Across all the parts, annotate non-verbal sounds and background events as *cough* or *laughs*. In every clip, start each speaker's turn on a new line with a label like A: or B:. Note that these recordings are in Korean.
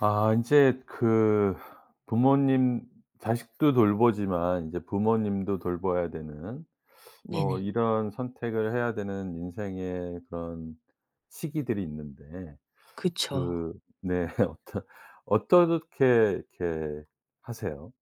A: 아 이제 그 부모님 자식도 돌보지만 이제 부모님도 돌봐야 되는 뭐
B: 네네.
A: 이런 선택을 해야 되는 인생의 그런 시기들이 있는데
B: 그쵸.
A: 그 네 *laughs* 어떠 어떻게 이렇게 하세요?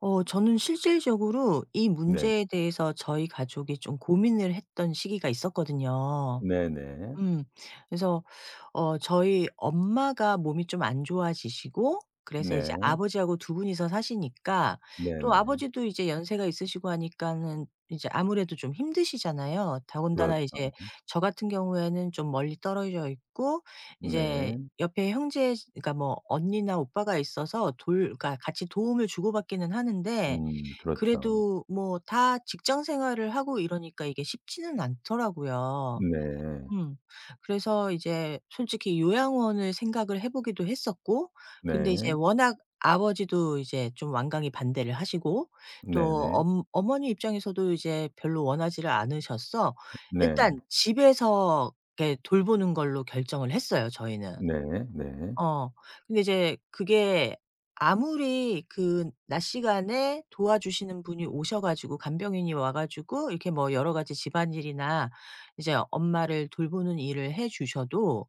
B: 어 저는 실질적으로 이
A: 네.
B: 문제에 대해서 저희 가족이 좀 고민을 했던 시기가 있었거든요.
A: 네, 네.
B: 음. 그래서 어 저희 엄마가 몸이 좀 안 좋아지시고 그래서 이제
A: 네.
B: 아버지하고 두 분이서 사시니까 또
A: 네네.
B: 아버지도 이제 연세가 있으시고 하니까는 이제 아무래도 좀 힘드시잖아요. 더군다나
A: 그렇죠.
B: 이제 저 같은 경우에는 좀 멀리 떨어져 있고 이제
A: 네.
B: 옆에 형제 그러니까 뭐 언니나 오빠가 있어서 돌 그러니까 같이 도움을 주고받기는 하는데
A: 음, 그렇죠.
B: 그래도 뭐 다 직장 생활을 하고 이러니까 이게 쉽지는 않더라고요.
A: 네.
B: 음. 그래서 이제 솔직히 요양원을 생각을 해 보기도 했었고 근데 이제
A: 네.
B: 워낙 아버지도 이제 좀 완강히 반대를 하시고
A: 네,
B: 또
A: 네.
B: 엄 어머니 입장에서도 이제 별로 원하지를 않으셔서
A: 네, 네.
B: 일단 집에서 이렇게 돌보는 걸로 결정을 했어요 저희는.
A: 네. 네.
B: 어. 근데 이제 그게 아무리 그 낮 시간에 도와주시는 분이 오셔 가지고 간병인이 와 가지고 이렇게 뭐 여러 가지 집안일이나 이제 엄마를 돌보는 일을 해 주셔도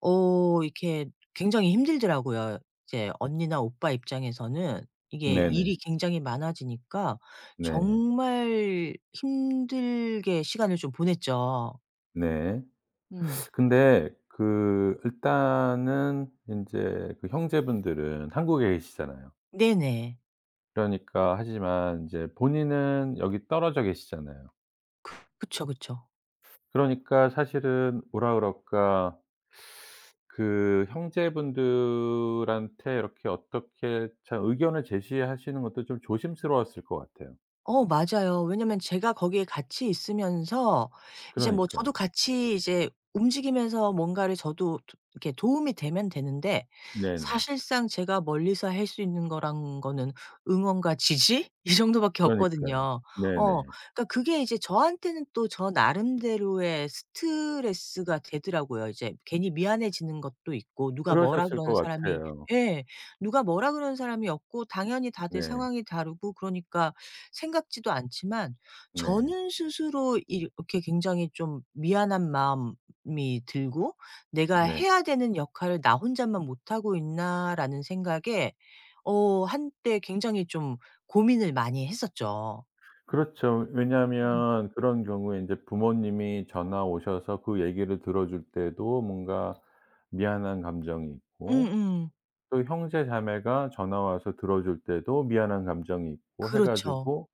B: 어 이렇게 굉장히 힘들더라고요. 이제 언니나 오빠 입장에서는 이게
A: 네네. 네.
B: 일이 굉장히 많아지니까
A: 네, 네, 네.
B: 정말 힘들게 시간을 좀 보냈죠.
A: 네.
B: 음.
A: 근데 그 일단은 인제 그 형제분들은 한국에 계시잖아요.
B: 네네.
A: 그러니까 하지만 인제 본인은 여기 떨어져 계시잖아요.
B: 그쵸, 그쵸.
A: 그러니까 사실은 뭐라 그럴까, 그 형제분들한테 이렇게 어떻게 참 의견을 제시하시는 것도 좀 조심스러웠을 것 같아요.
B: 어 맞아요. 왜냐면 제가 거기에 같이 있으면서 이제 뭐
A: 그러니까.
B: 저도 같이 이제 움직이면서 뭔가를 저도 도 이렇게 도움이 되면 되는데
A: 네네.
B: 사실상 제가 멀리서 할 수 있는 거란 거는 응원과 지지 *laughs* 이 정도밖에
A: 그러니까요.
B: 없거든요. 어
A: 네네.
B: 그러니까 그게 이제 저한테는 또 저 나름대로의 스트레스가 되더라고요. 이제 괜히 미안해지는 것도 있고 누가 뭐라
A: 그러셨을
B: 그러는
A: 것
B: 사람이
A: 같아요.
B: 예. 누가 뭐라 그러는 사람이 없고 당연히 다들
A: 네.
B: 상황이 다르고 그러니까 생각지도 않지만
A: 네.
B: 저는 스스로 이렇게 굉장히 좀 미안한 마음이 들고 '내가
A: 네.
B: 해야 되는 역할을 나 혼자만 못하고 있나.'라는 생각에 어 한때 굉장히 좀 고민을 많이 했었죠.
A: 그렇죠.
B: 음.
A: 왜냐하면 그런 경우에 인제 부모님이 전화 오셔서 그 얘기를 들어줄 때도 뭔가 미안한 감정이 있고,
B: 음음.
A: 또 형제 자매가 전화 와서 들어줄 때도 미안한 감정이 있고 해
B: 그렇죠.
A: 가지고,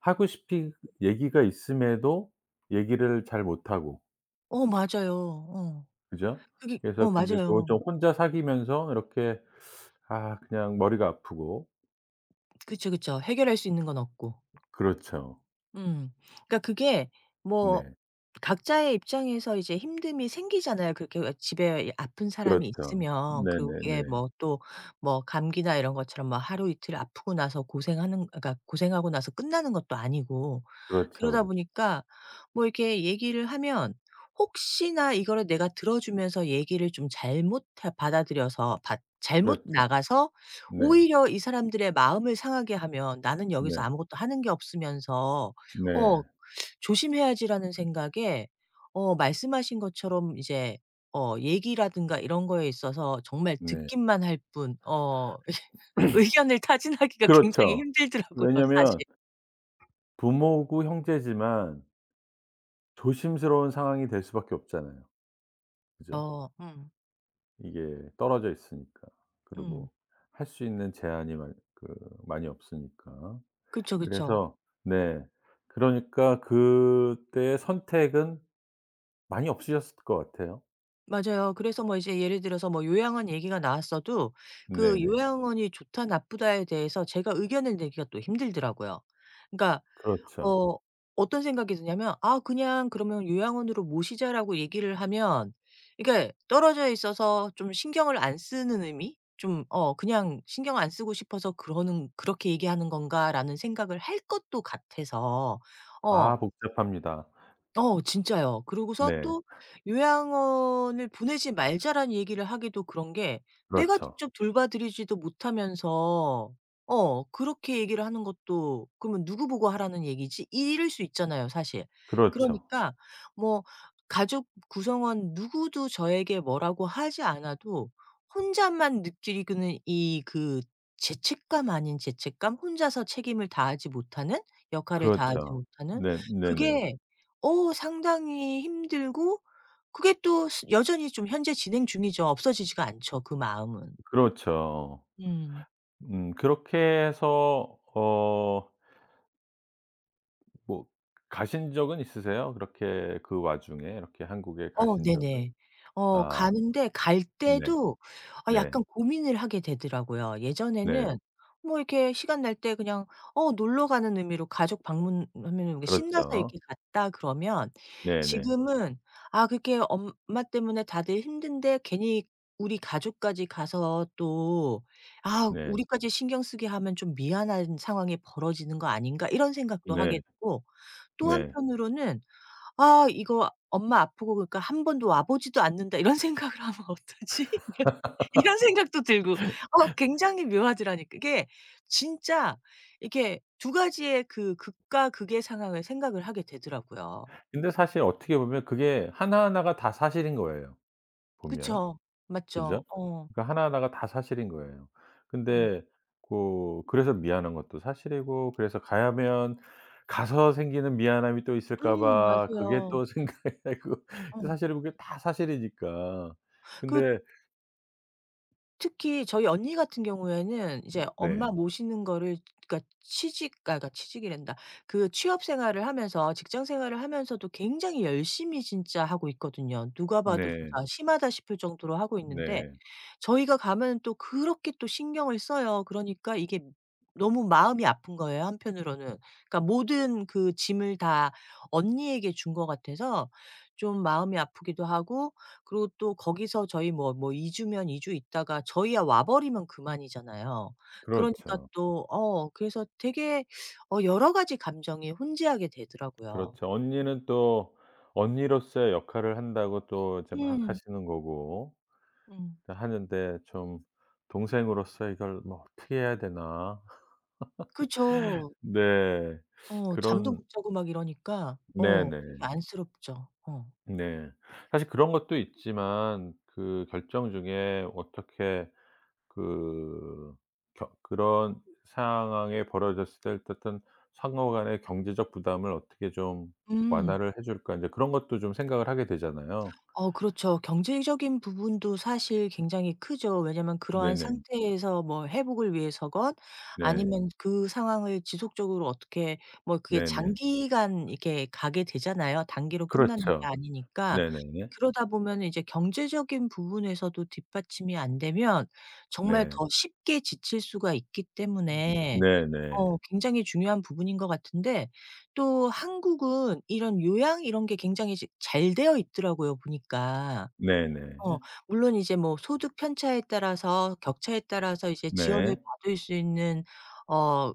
A: 하고 싶은 얘기가 있음에도 얘기를 잘 못하고.
B: 어 맞아요. 어.
A: 그죠?
B: 그게
A: 그래서
B: 어
A: 근데 그거 좀
B: 맞아요.
A: 혼자 사귀면서 이렇게, 아 그냥 머리가 아프고.
B: 그쵸, 그쵸. 해결할 수 있는 건 없고.
A: 그렇죠.
B: 음. 그러니까 그게 뭐
A: 네.
B: 각자의 입장에서 이제 힘듦이 생기잖아요. 그렇게 왜 집에 아픈 사람이
A: 그렇죠.
B: 있으면 그게
A: 네네네.
B: 뭐 또 뭐 감기나 이런 것처럼 뭐 하루 이틀 아프고 나서 고생하는 그러니까 고생하고 나서 끝나는 것도 아니고
A: 그렇죠,
B: 그러다
A: 그렇죠.
B: 보니까 뭐 이렇게 얘기를 하면 혹시나 이거를 내가 들어주면서 얘기를 좀 받아들여서 받 잘못
A: 그렇죠.
B: 나가서
A: 네.
B: 오히려 이 사람들의 마음을 상하게 하면 나는 여기서
A: 네.
B: 아무것도 하는 게 없으면서 어
A: 네.
B: '조심해야지.'라는 생각에 어 말씀하신 것처럼 이제 어 얘기라든가 이런 거에 있어서 정말
A: 네.
B: 듣기만 할 뿐 어 *laughs* 의견을 타진하기가 굉장히
A: 그렇죠.
B: 힘들더라고요
A: 왜냐면
B: 사실.
A: 부모고 형제지만 조심스러운 상황이 될 수밖에 없잖아요. 그죠?
B: 어
A: 이게 떨어져 있으니까.
B: 음.
A: 그리고 할 수 있는 제한이 많 그 많이 없으니까.
B: 그쵸, 그쵸.
A: 그래서 네. 그러니까 그때의 선택은 많이 없으셨을 것 같아요.
B: 맞아요. 그래서 뭐 이제 예를 들어서 뭐 요양원 얘기가 나왔어도 그
A: 네네.
B: 요양원이 좋다 나쁘다에 대해서 제가 의견을 내기가 또 힘들더라고요. 그러니까
A: 그렇죠.
B: 어 어떤 생각이 드냐면 '아 그냥 그러면 요양원으로 모시자.'라고 얘기를 하면 그러니까 떨어져 있어서 좀 신경을 안 쓰는 의미? 좀 어 '그냥 신경 안 쓰고 싶어서 그러는 그렇게 얘기하는 건가.'라는 생각을 할 것도 같아서 어
A: 아 복잡합니다.
B: 어 진짜요. 그러고서
A: 네.
B: 또 요양원을 보내지 말자라는 얘기를 하기도 그런 게 내가
A: 그렇죠.
B: 직접 돌봐 드리지도 못하면서 어 그렇게 얘기를 하는 것도 그러면 누구 보고 하라는 얘기지? 이럴 수 있잖아요 사실.
A: 그렇죠.
B: 그러니까 뭐 가족 구성원 누구도 저에게 뭐라고 하지 않아도 혼자만 느끼는 이 그 죄책감 아닌 죄책감 혼자서 책임을 다하지 못하는, 역할을 다하지
A: 그렇죠.
B: 못하는
A: 네, 네네.
B: 그게 어 상당히 힘들고 그게 또 스 여전히 좀 현재 진행 중이죠. 없어지지가 않죠, 그 마음은.
A: 그렇죠.
B: 음.
A: 그렇게 해서 어 뭐 가신 적은 있으세요? 그렇게 그 와중에 이렇게 한국에
B: 어
A: 가신 적은?
B: 네네. 어
A: 아
B: 가는데 갈
A: 네.
B: 때도 아
A: 네.
B: 약간 고민을 하게 되더라고요.
A: 네.
B: 예전에는 뭐 이렇게 시간 날 때 그냥 어 놀러 가는 의미로 가족 방문하면은 이렇게 신나서
A: 그렇죠.
B: 이렇게 갔다 그러면
A: 네네.
B: 지금은 '아 그렇게 엄마 때문에 다들 힘든데 괜히 우리 가족까지 가서 또 아
A: 네. 네.
B: 우리까지 신경 쓰게 하면 좀 미안한 상황이 벌어지는 거 아닌가?' 이런 생각도 하게
A: 네.
B: 되고 또
A: 네.
B: 한편으로는 '아 이거 엄마 아프고 그러니까 한 번도 와 보지도 않는다.' 이런 *laughs* 생각을 하면 어떠지? 이런 생각도 들고 어 굉장히 묘하더라니까. 이게 진짜 이게 두 가지의 그 극과 극의 상황을 생각을 하게 되더라고요.
A: 근데 사실 어떻게 보면 그게 하나하나가 다 사실인 거예요, 보면.
B: 그쵸.
A: 그죠?
B: 맞죠. 어.
A: 그러니까 하나하나가 다 사실인 거예요.
B: 음.
A: 근데 고 그래서 미안한 것도 사실이고 그래서 가야면 가서 생기는 미안함이 또 있을까 봐 그게
B: 맞아요.
A: 또 *laughs* 생각이 나고 또
B: 어.
A: 사실은 그게 다 사실이니까.
B: 그
A: 근데
B: 특히 저희 언니 같은 경우에는 이제 엄마
A: 네.
B: 네. 모시는 거를 그러니까 취직 아 그러니까 취직이란다. 그 취업 생활을 하면서 직장 생활을 하면서도 굉장히 열심히 진짜 하고 있거든요. 누가 봐도 진짜
A: 네.
B: 심하다 싶을 정도로 하고 있는데
A: 네.
B: 저희가 가면 또 그렇게 또 신경을 써요. 그러니까 이게 너무 마음이 아픈 거예요 한편으로는. 그러니까 모든 그 짐을 다 언니에게 준 것 같아서 좀 마음이 아프기도 하고 그리고 또 거기서 저희 뭐 2 주면 2주 있다가 저희야 와 버리면 그만이잖아요. 그러니까
A: 그렇죠.
B: 또 어 그래서 되게 어 여러 가지 감정이 혼재하게 되더라고요.
A: 그렇죠. 언니는 또 언니로서의 역할을 한다고 또 이제 막
B: 음.
A: 하시는 거고,
B: 음.
A: 하는데 좀 동생으로서 이걸 뭐 '어떻게 해야 되나.'
B: 그쵸.
A: 네.
B: 어 잠도
A: 그런
B: 못 자고 막 이러니까 어 되게
A: 네네.
B: 안쓰럽죠. 어.
A: 네. 사실 그런 것도 있지만 그 결정 중에 어떻게 그 겨 그런 상황에 벌어졌을 때 어떤 상호 간의 경제적 부담을 어떻게 좀
B: 음.
A: 완화를 해 줄까 이제 그런 것도 좀 생각을 하게 되잖아요.
B: 어 그렇죠. 경제적인 부분도 사실 굉장히 크죠. 왜냐면 그러한
A: 네네.
B: 상태에서 뭐 회복을 위해서건
A: 네.
B: 아니면 그 상황을 지속적으로 어떻게 뭐 그게
A: 네네.
B: 장기간 이렇게 가게 되잖아요. 단기로 끝나는 게
A: 그렇죠.
B: 아니니까.
A: 네네네.
B: 그러다 보면 이제 경제적인 부분에서도 뒷받침이 안 되면 정말
A: 네.
B: 더 쉽게 지칠 수가 있기 때문에
A: 네네.
B: 어 굉장히 중요한 부분인 것 같은데 또 한국은 이런 요양 이런 게 굉장히 지 잘 되어 있더라고요 보니까.
A: 네네.
B: 어 물론 이제 뭐 소득 편차에 따라서 격차에 따라서 이제 지원을
A: 네.
B: 받을 수 있는 어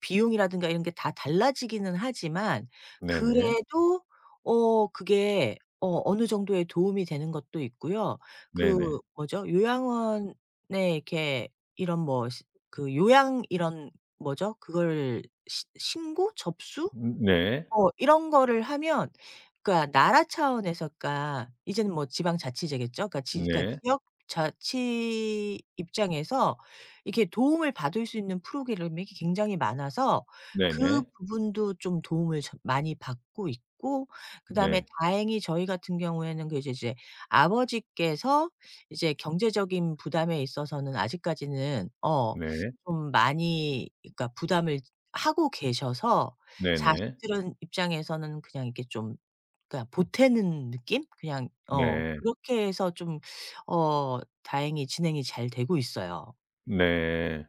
B: 비용이라든가 이런 게 다 달라지기는 하지만
A: 네네.
B: 그래도 어 그게 어 어느 정도의 도움이 되는 것도 있고요. 그
A: 네네.
B: 뭐죠? 요양원에 이렇게 이런 뭐 그 요양 이런 뭐죠? 그걸 시 신고? 접수?
A: 네, 네.
B: 어 이런 거를 하면 그러니까 나라 차원에서 그러니까 이제는 뭐 지방자치제겠죠. 그러니까
A: 네.
B: 지 그러니까
A: 네,
B: 지역 자치 입장에서 이렇게 도움을 받을 수 있는 프로그램이 굉장히 많아서 그
A: 네네.
B: 부분도 좀 도움을 저 많이 받고 있고 그다음에
A: 네,
B: 다행히 저희 같은 경우에는 그 이제 아버지께서 이제 경제적인 부담에 있어서는 아직까지는 어
A: 네,
B: 좀 많이 그러니까 부담을 하고 계셔서
A: 네네.
B: 자식들은 입장에서는 그냥 이렇게 좀 그러니까 보태는 느낌? 그냥 어
A: 네.
B: 그렇게 해서 좀 어 다행히 진행이 잘 되고 있어요.
A: 네.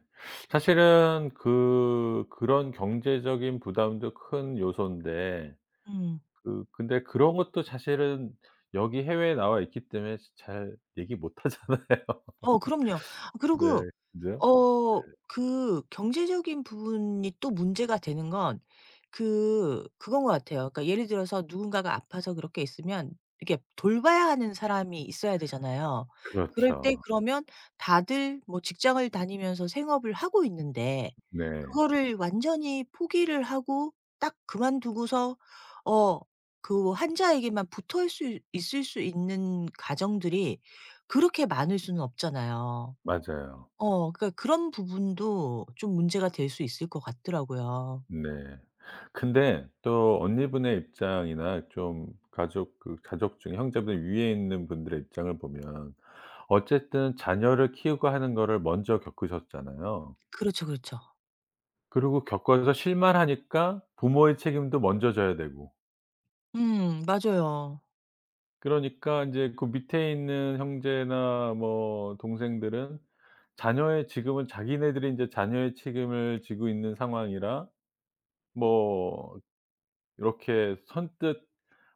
A: 사실은 그 그런 경제적인 부담도 큰 요소인데
B: 음.
A: 그 근데 그런 것도 사실은 여기 해외에 나와 있기 때문에 잘 얘기 못 하잖아요. *laughs*
B: 어 그럼요. 아,
A: 네.
B: 그리고
A: 그죠?
B: 어
A: 네.
B: 그 경제적인 부분이 또 문제가 되는 건 그 그건 것 같아요. 그러니까 예를 들어서 누군가가 아파서 그렇게 있으면 이렇게 돌봐야 하는 사람이 있어야 되잖아요. 그럴 때
A: 그렇죠.
B: 그러면 다들 뭐 직장을 다니면서 생업을 하고 있는데
A: 네.
B: 그거를 완전히 포기를 하고 딱 그만두고서 어그 뭐 환자에게만 붙어 있을 있을 수 있는 가정들이 그렇게 많을 수는 없잖아요.
A: 맞아요.
B: 어 그러니까 그런 부분도 좀 문제가 될 수 있을 것 같더라고요.
A: 네. 근데 또 언니분의 입장이나 좀 가족 중에 형제분 위에 있는 분들의 입장을 보면 어쨌든 자녀를 키우고 하는 거를 먼저 겪으셨잖아요.
B: 그렇죠, 그렇죠.
A: 그리고 겪어서 실만하니까 부모의 책임도 먼저 져야 되고,
B: 맞아요.
A: 그러니까 인제 그 밑에 있는 형제나 뭐 동생들은 자녀의 지금은 자기네들이 인제 자녀의 책임을 지고 있는 상황이라 뭐 이렇게 선뜻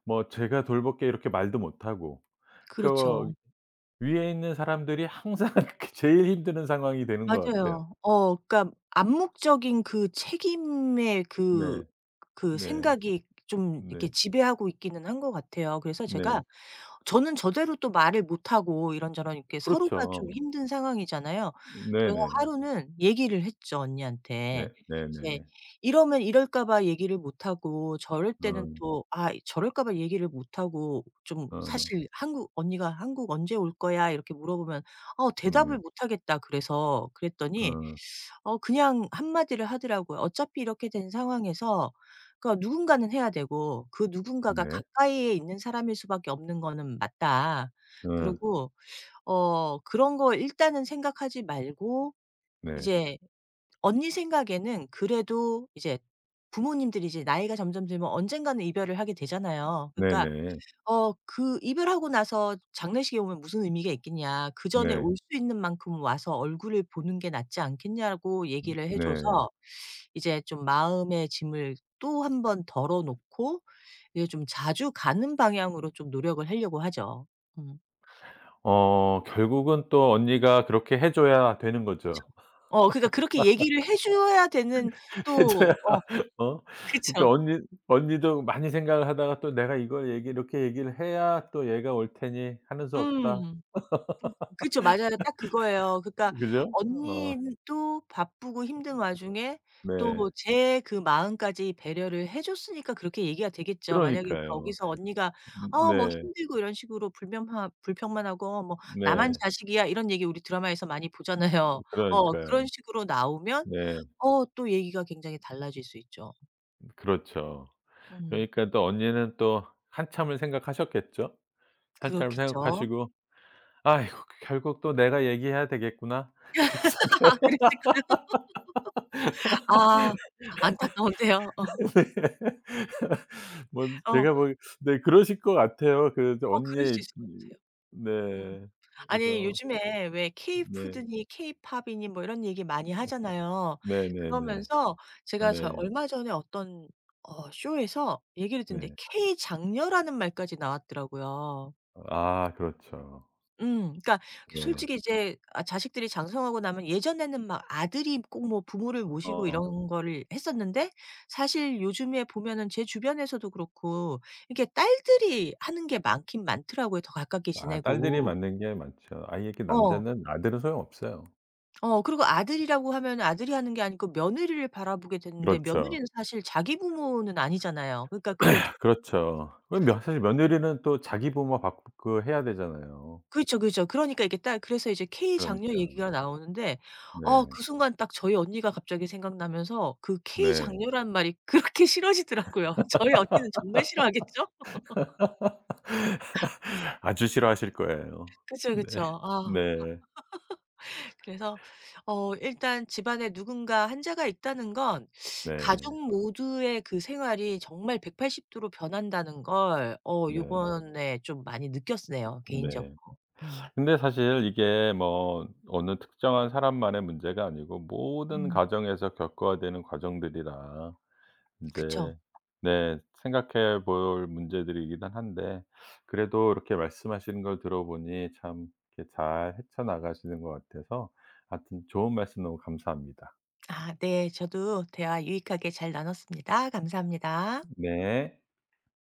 A: 뭐 "제가 돌볼게." 이렇게 말도 못하고, 그러니까
B: 그렇죠.
A: 위에 있는 사람들이 항상 *laughs* 그 제일 힘드는 상황이 되는 것 같아요.
B: 맞아요. 어 그러니까 암묵적인 그 책임의 그
A: 네.
B: 그
A: 네.
B: 생각이 좀 이렇게
A: 네.
B: 지배하고 있기는 한 것 같아요. 그래서 제가
A: 네.
B: 저는 저대로 또 말을 못하고 이런저런 이렇게 서로가 좀
A: 그렇죠.
B: 힘든 상황이잖아요. 그래서
A: 네네.
B: 하루는 얘기를 했죠,
A: 네,
B: 언니한테. 이제
A: 네네.
B: 이러면 이럴까 봐 얘기를 못하고 저럴 때는
A: 어
B: 또 아 저럴까 봐 얘기를 못하고 좀
A: 어
B: 사실 한국 언니가 "한국 언제 올 거야?" 이렇게 물어보면 "어 대답을
A: 네.
B: 못하겠다." 그래서 그랬더니
A: 어
B: 어 그냥 한마디를 하더라고요. 어차피 이렇게 된 상황에서 그러니까 누군가는 해야 되고 그 누군가가
A: 네.
B: 가까이에 있는 사람일 수밖에 없는 거는 맞다.
A: 어
B: 그리고 어 그런 거 일단은 생각하지 말고
A: 네.
B: 이제 언니 생각에는 그래도 이제 부모님들이 이제 나이가 점점 들면 언젠가는 이별을 하게 되잖아요. 그러니까
A: 네네.
B: 어 그 "이별 하고 나서 장례식에 오면 무슨 의미가 있겠냐. 그전에
A: 네.
B: 올 수 있는 만큼 와서 얼굴을 보는 게 낫지 않겠냐."고 얘기를 해 줘서
A: 네.
B: 이제 좀 마음의 짐을 또 한번 덜어 놓고 이제 좀 자주 가는 방향으로 좀 노력을 하려고 하죠. 음
A: 어 결국은 또 언니가 그렇게 해 줘야 되는
B: 그쵸.
A: 거죠.
B: 어 그러니까 그렇게 얘기를 해 줘야 되는
A: *laughs* 해
B: 또
A: 줘야
B: 어
A: 어
B: 그쵸.
A: 그러니까 언니도 많이 생각을 하다가 또 '내가 이걸 얘기 이렇게 얘기를 해야 또 얘가 올 테니 하는 수 없다.'
B: 음. 그쵸. 맞아요. 딱 그거예요. 그러니까
A: 그죠? 어
B: 언니도 바쁘고 힘든 와중에 또
A: 네.
B: 제 그 마음까지 배려를 해 줬으니까 그렇게 얘기가 되겠죠. 만약에
A: 그러니까요.
B: 거기서 언니가 "아 뭐
A: 네.
B: 힘들고." 이런 식으로 불면하 불평만 하고 뭐 "나만
A: 네.
B: 자식이야." 이런 얘기 우리 드라마에서 많이 보잖아요. *laughs* 어
A: 그러니까요.
B: 그런 식으로 나오면
A: 네.
B: 어 또 얘기가 굉장히 달라질 수 있죠.
A: 그렇죠.
B: 음.
A: 그러니까 또 언니는 또 한참을 생각하셨겠죠? 한참을
B: 그렇겠죠.
A: 생각하시고 '아이고 결국 또 내가 얘기해야 되겠구나.' *laughs* 그래서 결
B: *laughs* 그랬을까요? 아 안타까운데요.
A: 네.
B: 어.
A: *laughs* 뭐
B: 어.
A: 제가 뭐 네 그러실 것 같아요. 그 저
B: 어 그럴
A: 언니의
B: 수
A: 입...
B: 있을 것 같아요. 음.
A: 네.
B: 아니
A: 그래서
B: 요즘에 왜
A: 네.
B: 케이푸드니 케이팝이니 뭐 이런 얘기 많이 하잖아요.
A: 네네네.
B: 그러면서 제가 저
A: 네.
B: 얼마 전에 어떤 어 쇼에서 얘기를 듣는데
A: 네.
B: 케이 장녀라는 말까지 나왔더라고요.
A: 아 그렇죠.
B: 음. 그러니까
A: 네.
B: 솔직히 이제 아 자식들이 장성하고 나면 예전에는 막 아들이 꼭 뭐 부모를 모시고
A: 어.
B: 이런 거를 했었는데 사실 요즘에 보면은 제 주변에서도 그렇고 이렇게 딸들이 하는 게 많긴 많더라고요, 더 가깝게
A: 아 딸들이
B: 지내고.
A: 맞는 게 많죠. 아이 이렇게
B: 어.
A: 남자는 아들은 소용없어요.
B: 어 그리고 아들이라고 하면 아들이 하는 게 아니고 며느리를 바라보게 되는데
A: 그렇죠.
B: 며느리는 사실 자기 부모는 아니잖아요. 그러니까 그게 좀
A: 그렇죠. 왜 며 사실
B: 좀
A: 며느리는 또 자기 부모 바꾸고 해야 되잖아요.
B: 그렇죠, 그렇죠. 그러니까 이게 딱 그래서 이제 K 장녀
A: 그러니까.
B: 얘기가 나오는데 어 그
A: 네.
B: 순간 딱 저희 언니가 갑자기 생각나면서 그 K
A: 네.
B: 장녀란 말이 그렇게 *laughs* 싫어지더라고요. 저희 언니는 정말 싫어하겠죠?
A: *laughs* 아주 싫어하실 거예요.
B: 그쵸,
A: 네.
B: 그쵸. 아.
A: 네.
B: 그래서 어 일단 집안에 누군가 환자가 있다는 건
A: 네.
B: 가족 모두의 그 생활이 정말 180 도로 변한다는 걸 어
A: 네.
B: 요번에 좀 많이 느꼈네요, 개인적으로.
A: 네.
B: 음.
A: 근데 사실 이게 뭐 어느 특정한 사람만의 문제가 아니고 모든
B: 음
A: 가정에서 겪어야 되는 과정들이라
B: 그쵸.
A: 인제 네 생각해 볼 문제들이기는 한데, 그래도 이렇게 말씀하시는 걸 들어보니 참 이렇게 잘 헤쳐나가시는 것 같아서 하여튼 좋은 말씀 너무 감사합니다.
B: 아 네. 저도 대화 유익하게 잘 나눴습니다. 감사합니다.
A: 네.